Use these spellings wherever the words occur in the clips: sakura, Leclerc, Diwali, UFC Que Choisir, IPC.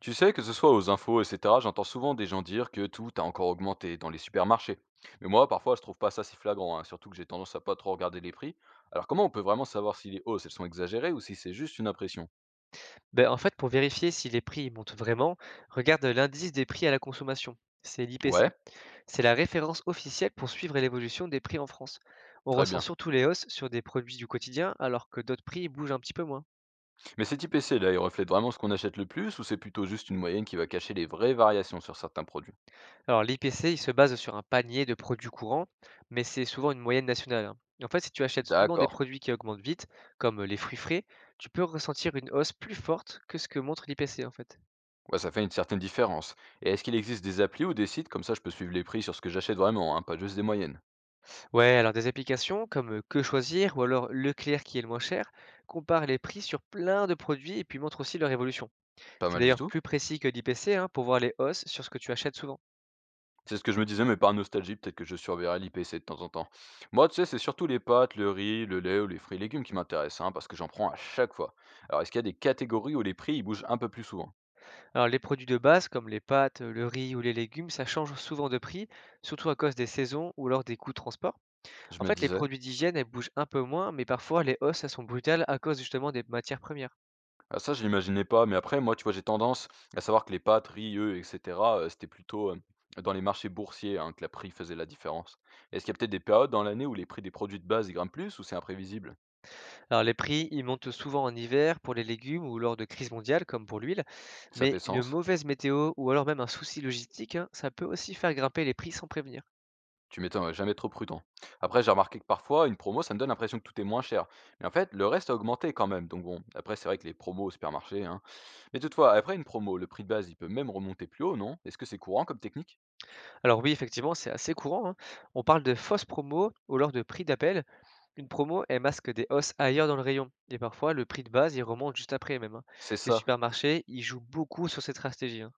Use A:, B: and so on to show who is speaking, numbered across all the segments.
A: Tu sais, que ce soit aux infos, etc., j'entends souvent des gens dire que tout a encore augmenté dans les supermarchés. Mais moi, parfois, je trouve pas ça si flagrant, hein, surtout que j'ai tendance à pas trop regarder les prix. Alors comment on peut vraiment savoir si les hausses, elles sont exagérées ou si c'est juste une impression?
B: Beh, en fait, pour vérifier si les prix montent vraiment, regarde l'indice des prix à la consommation. C'est l'IPC.
A: Ouais,
B: C'est la référence officielle pour suivre l'évolution des prix en France. On
A: très
B: ressent
A: bien.
B: surtout les hausses sur des produits du quotidien, alors que d'autres prix bougent un petit peu moins.
A: Mais ces types essais, là, il reflète vraiment ce qu'on achète le plus ou c'est plutôt juste une moyenne qui va cacher les vraies variations sur certains produits?
B: Alors, l'IPC, il se base sur un panier de produits courants, mais c'est souvent une moyenne nationale, hein. Et en fait, si tu achètes souvent des
A: D'accord.
B: produits qui augmentent vite, comme les fruits frais, tu peux ressentir une hausse plus forte que ce que montre l'IPC, en fait.
A: Ouais, ça fait une certaine différence. Et est-ce qu'il existe des applis ou des sites, comme ça je peux suivre les prix sur ce que j'achète vraiment, hein, pas juste des moyennes?
B: Ouais, alors des applications comme Que choisir ou alors Leclerc qui est le moins cher comparent les prix sur plein de produits et puis montrent aussi leur évolution.
A: Pas
B: C'est
A: mal du
B: d'ailleurs
A: tout.
B: plus précis que l'IPC, hein, pour voir les hausses sur ce que tu achètes souvent.
A: C'est ce que je me disais, mais par nostalgie, peut-être que je surveillerai l'IPC de temps en temps. Moi, tu sais, c'est surtout les pâtes, le riz, le lait ou les fruits et légumes qui m'intéressent, hein, parce que j'en prends à chaque fois. Alors, est-ce qu'il y a des catégories où les prix ils bougent un peu plus souvent?
B: Alors les produits de base comme les pâtes, le riz ou les légumes, ça change souvent de prix, surtout à cause des saisons ou alors des coûts de transport.
A: Je
B: En
A: me
B: fait, les
A: disais.
B: produits d'hygiène, elles bougent un peu moins, mais parfois les hausses, elles sont brutales à cause justement des matières premières.
A: Ah, ça, je l'imaginais pas, mais après, moi, tu vois, j'ai tendance à savoir que les pâtes, riz, œufs, etc., c'était plutôt dans les marchés boursiers hein, que la prix faisait la différence. Est-ce qu'il y a peut-être des périodes dans l'année où les prix des produits de base ils grimpent plus ou c'est imprévisible?
B: Alors les prix, ils montent souvent en hiver pour les légumes ou lors de crises mondiales comme pour l'huile.
A: Ça
B: Mais
A: fait
B: une
A: sens.
B: mauvaise météo ou alors même un souci logistique, hein, ça peut aussi faire grimper les prix sans prévenir.
A: Tu m'étonnes, ouais, jamais trop prudent. Après, j'ai remarqué que parfois, une promo, ça me donne l'impression que tout est moins cher. Mais en fait, le reste a augmenté quand même. Donc bon, après, c'est vrai que les promos au supermarché, hein. Mais toutefois, après une promo, le prix de base, il peut même remonter plus haut, non? Est-ce que c'est courant comme technique?
B: Alors oui, effectivement, c'est assez courant, hein. On parle de fausses promos ou alors de prix d'appel. Une promo, elle masque des hausses ailleurs dans le rayon. Et parfois, le prix de base, il remonte juste après même, hein.
A: C'est
B: Les
A: ça.
B: supermarchés, ils jouent beaucoup sur cette stratégie, hein.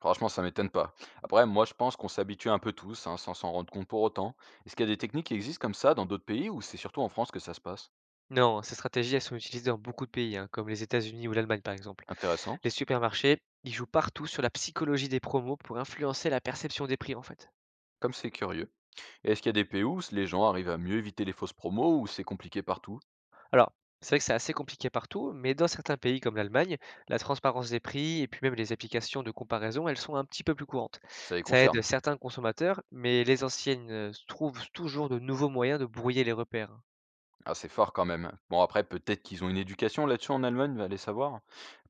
A: Franchement, ça m'étonne pas. Après, moi, je pense qu'on s'habitue un peu tous, hein, sans s'en rendre compte pour autant. Est-ce qu'il y a des techniques qui existent comme ça dans d'autres pays ou c'est surtout en France que ça se passe?
B: Non, ces stratégies, elles sont utilisées dans beaucoup de pays, hein, comme les États-Unis ou l'Allemagne par exemple.
A: Intéressant.
B: Les supermarchés, ils jouent partout sur la psychologie des promos pour influencer la perception des prix en fait.
A: Comme c'est curieux. Et est-ce qu'il y a des pays où les gens arrivent à mieux éviter les fausses promos ou c'est compliqué partout?
B: Alors, c'est vrai que c'est assez compliqué partout, mais dans certains pays comme l'Allemagne, la transparence des prix et puis même les applications de comparaison, elles sont un petit peu plus courantes.
A: Ça les
B: Ça aide
A: concerne?
B: certains consommateurs, mais les anciennes trouvent toujours de nouveaux moyens de brouiller les repères.
A: Ah, c'est fort quand même. Bon, après, peut-être qu'ils ont une éducation là-dessus en Allemagne, va aller savoir.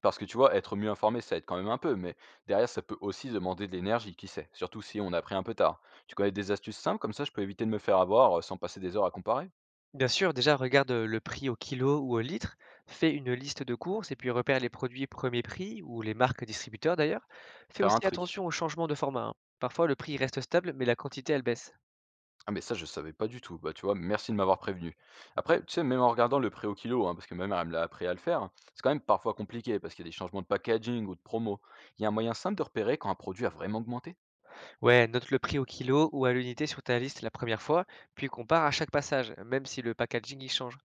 A: Parce que tu vois, être mieux informé, ça aide quand même un peu, mais derrière, ça peut aussi demander de l'énergie, qui sait? Surtout si on a pris un peu tard. Tu connais des astuces simples, comme ça, je peux éviter de me faire avoir sans passer des heures à comparer?
B: Bien sûr, déjà regarde le prix au kilo ou au litre, fais une liste de courses et puis repère les produits premier prix ou les marques distributeurs d'ailleurs. Fais
A: Faire un
B: aussi
A: tri.
B: attention aux changements de format, hein. Parfois, le prix reste stable, mais la quantité, elle baisse.
A: Ah, mais ça, je savais pas du tout. Bah, tu vois, merci de m'avoir prévenu. Après, tu sais, même en regardant le prix au kilo, hein, parce que ma mère, elle me l'a appris à le faire, c'est quand même parfois compliqué parce qu'il y a des changements de packaging ou de promo. Il y a un moyen simple de repérer quand un produit a vraiment augmenté?
B: Ouais, note le prix au kilo ou à l'unité sur ta liste la première fois, puis compare à chaque passage, même si le packaging y change.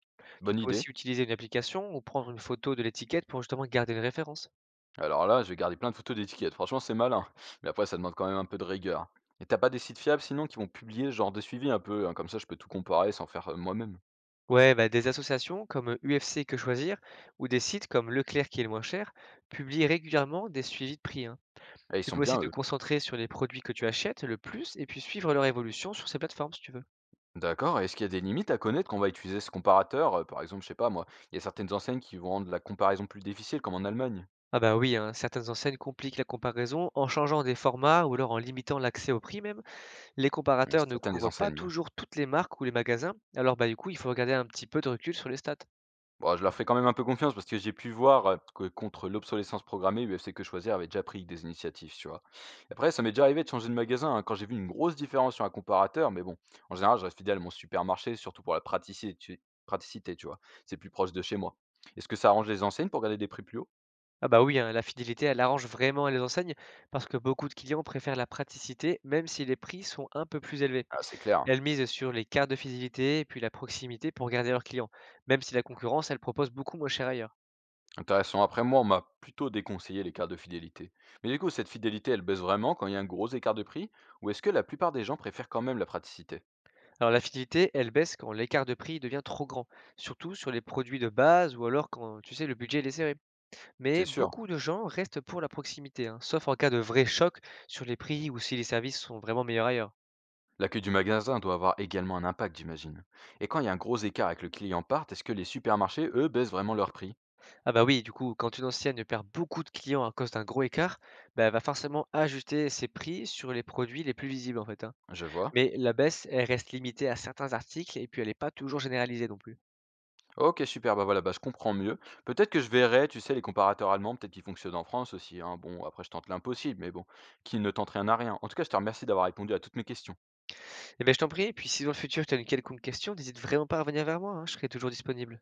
B: Tu
A: Bonne
B: peux
A: idée.
B: aussi utiliser une application ou prendre une photo de l'étiquette pour justement garder une référence.
A: Alors là, je vais garder plein de photos d'étiquettes. Franchement, c'est malin. Mais après, ça demande quand même un peu de rigueur. Et t'as pas des sites fiables sinon qui vont publier ce genre de suivi un peu, hein, comme ça je peux tout comparer sans faire moi-même.
B: Ouais, bah, des associations comme UFC Que Choisir ou des sites comme Leclerc qui est le moins cher publient régulièrement des suivis de prix, hein.
A: Et ils
B: Tu
A: sont
B: peux aussi
A: bien
B: te
A: eux.
B: concentrer sur les produits que tu achètes le plus et puis suivre leur évolution sur ces plateformes si tu veux.
A: D'accord, et est-ce qu'il y a des limites à connaître quand on va utiliser ce comparateur? Par exemple, je sais pas moi, il y a certaines enseignes qui vont rendre la comparaison plus difficile, comme en Allemagne.
B: Ah bah oui, hein, certaines enseignes compliquent la comparaison en changeant des formats ou alors en limitant l'accès au prix même. Les
A: Bon,
B: comparateurs ne
A: certaines des
B: couvrent pas
A: enseignes. Hein.
B: toujours toutes les marques ou les magasins, alors bah, du coup, il faut regarder un petit peu de recul sur les stats.
A: Bon, je leur fais quand même un peu confiance parce que j'ai pu voir, que contre l'obsolescence programmée, UFC Que Choisir avait déjà pris des initiatives, tu vois? Après, ça m'est déjà arrivé de changer de magasin, hein, quand j'ai vu une grosse différence sur un comparateur, mais bon, en général, je reste fidèle à mon supermarché, surtout pour la praticité, tu vois? C'est plus proche de chez moi. Est-ce que ça arrange les enseignes pour garder des prix plus hauts?
B: Ah bah oui, hein, la fidélité, elle arrange vraiment les enseignes parce que beaucoup de clients préfèrent la praticité même si les prix sont un peu plus élevés.
A: Ah, c'est clair, hein.
B: Elles misent sur les cartes de fidélité et puis la proximité pour garder leurs clients, même si la concurrence, elle propose beaucoup moins cher ailleurs.
A: Intéressant. Après, moi, on m'a plutôt déconseillé les cartes de fidélité. Mais du coup, cette fidélité, elle baisse vraiment quand il y a un gros écart de prix? Ou est-ce que la plupart des gens préfèrent quand même la praticité?
B: Alors la fidélité, elle baisse quand l'écart de prix devient trop grand, surtout sur les produits de base ou alors quand, tu sais, le budget il est serré.
A: C'est
B: Mais
A: sûr.
B: beaucoup de gens restent pour la proximité, hein, sauf en cas de vrai choc sur les prix ou si les services sont vraiment meilleurs ailleurs.
A: L'accueil du magasin doit avoir également un impact, j'imagine. Et quand il y a un gros écart avec le client part, est-ce que les supermarchés, eux, baissent vraiment leur prix?
B: Ah bah oui, du coup, quand une ancienne perd beaucoup de clients à cause d'un gros écart, bah, elle va forcément ajuster ses prix sur les produits les plus visibles en fait, hein.
A: Je vois.
B: Mais la baisse, elle reste limitée à certains articles et puis elle n'est pas toujours généralisée non plus.
A: Ok, super, bah voilà, bah je comprends mieux. Peut-être que je verrai, tu sais, les comparateurs allemands, peut-être qu'ils fonctionnent en France aussi, hein. Bon, après, je tente l'impossible, mais bon, qui ne tente rien à rien. En tout cas, je te remercie d'avoir répondu à toutes mes questions.
B: Et ben je t'en prie, et puis si dans le futur tu as une quelconque question, n'hésite vraiment pas à revenir vers moi, hein, je serai toujours disponible.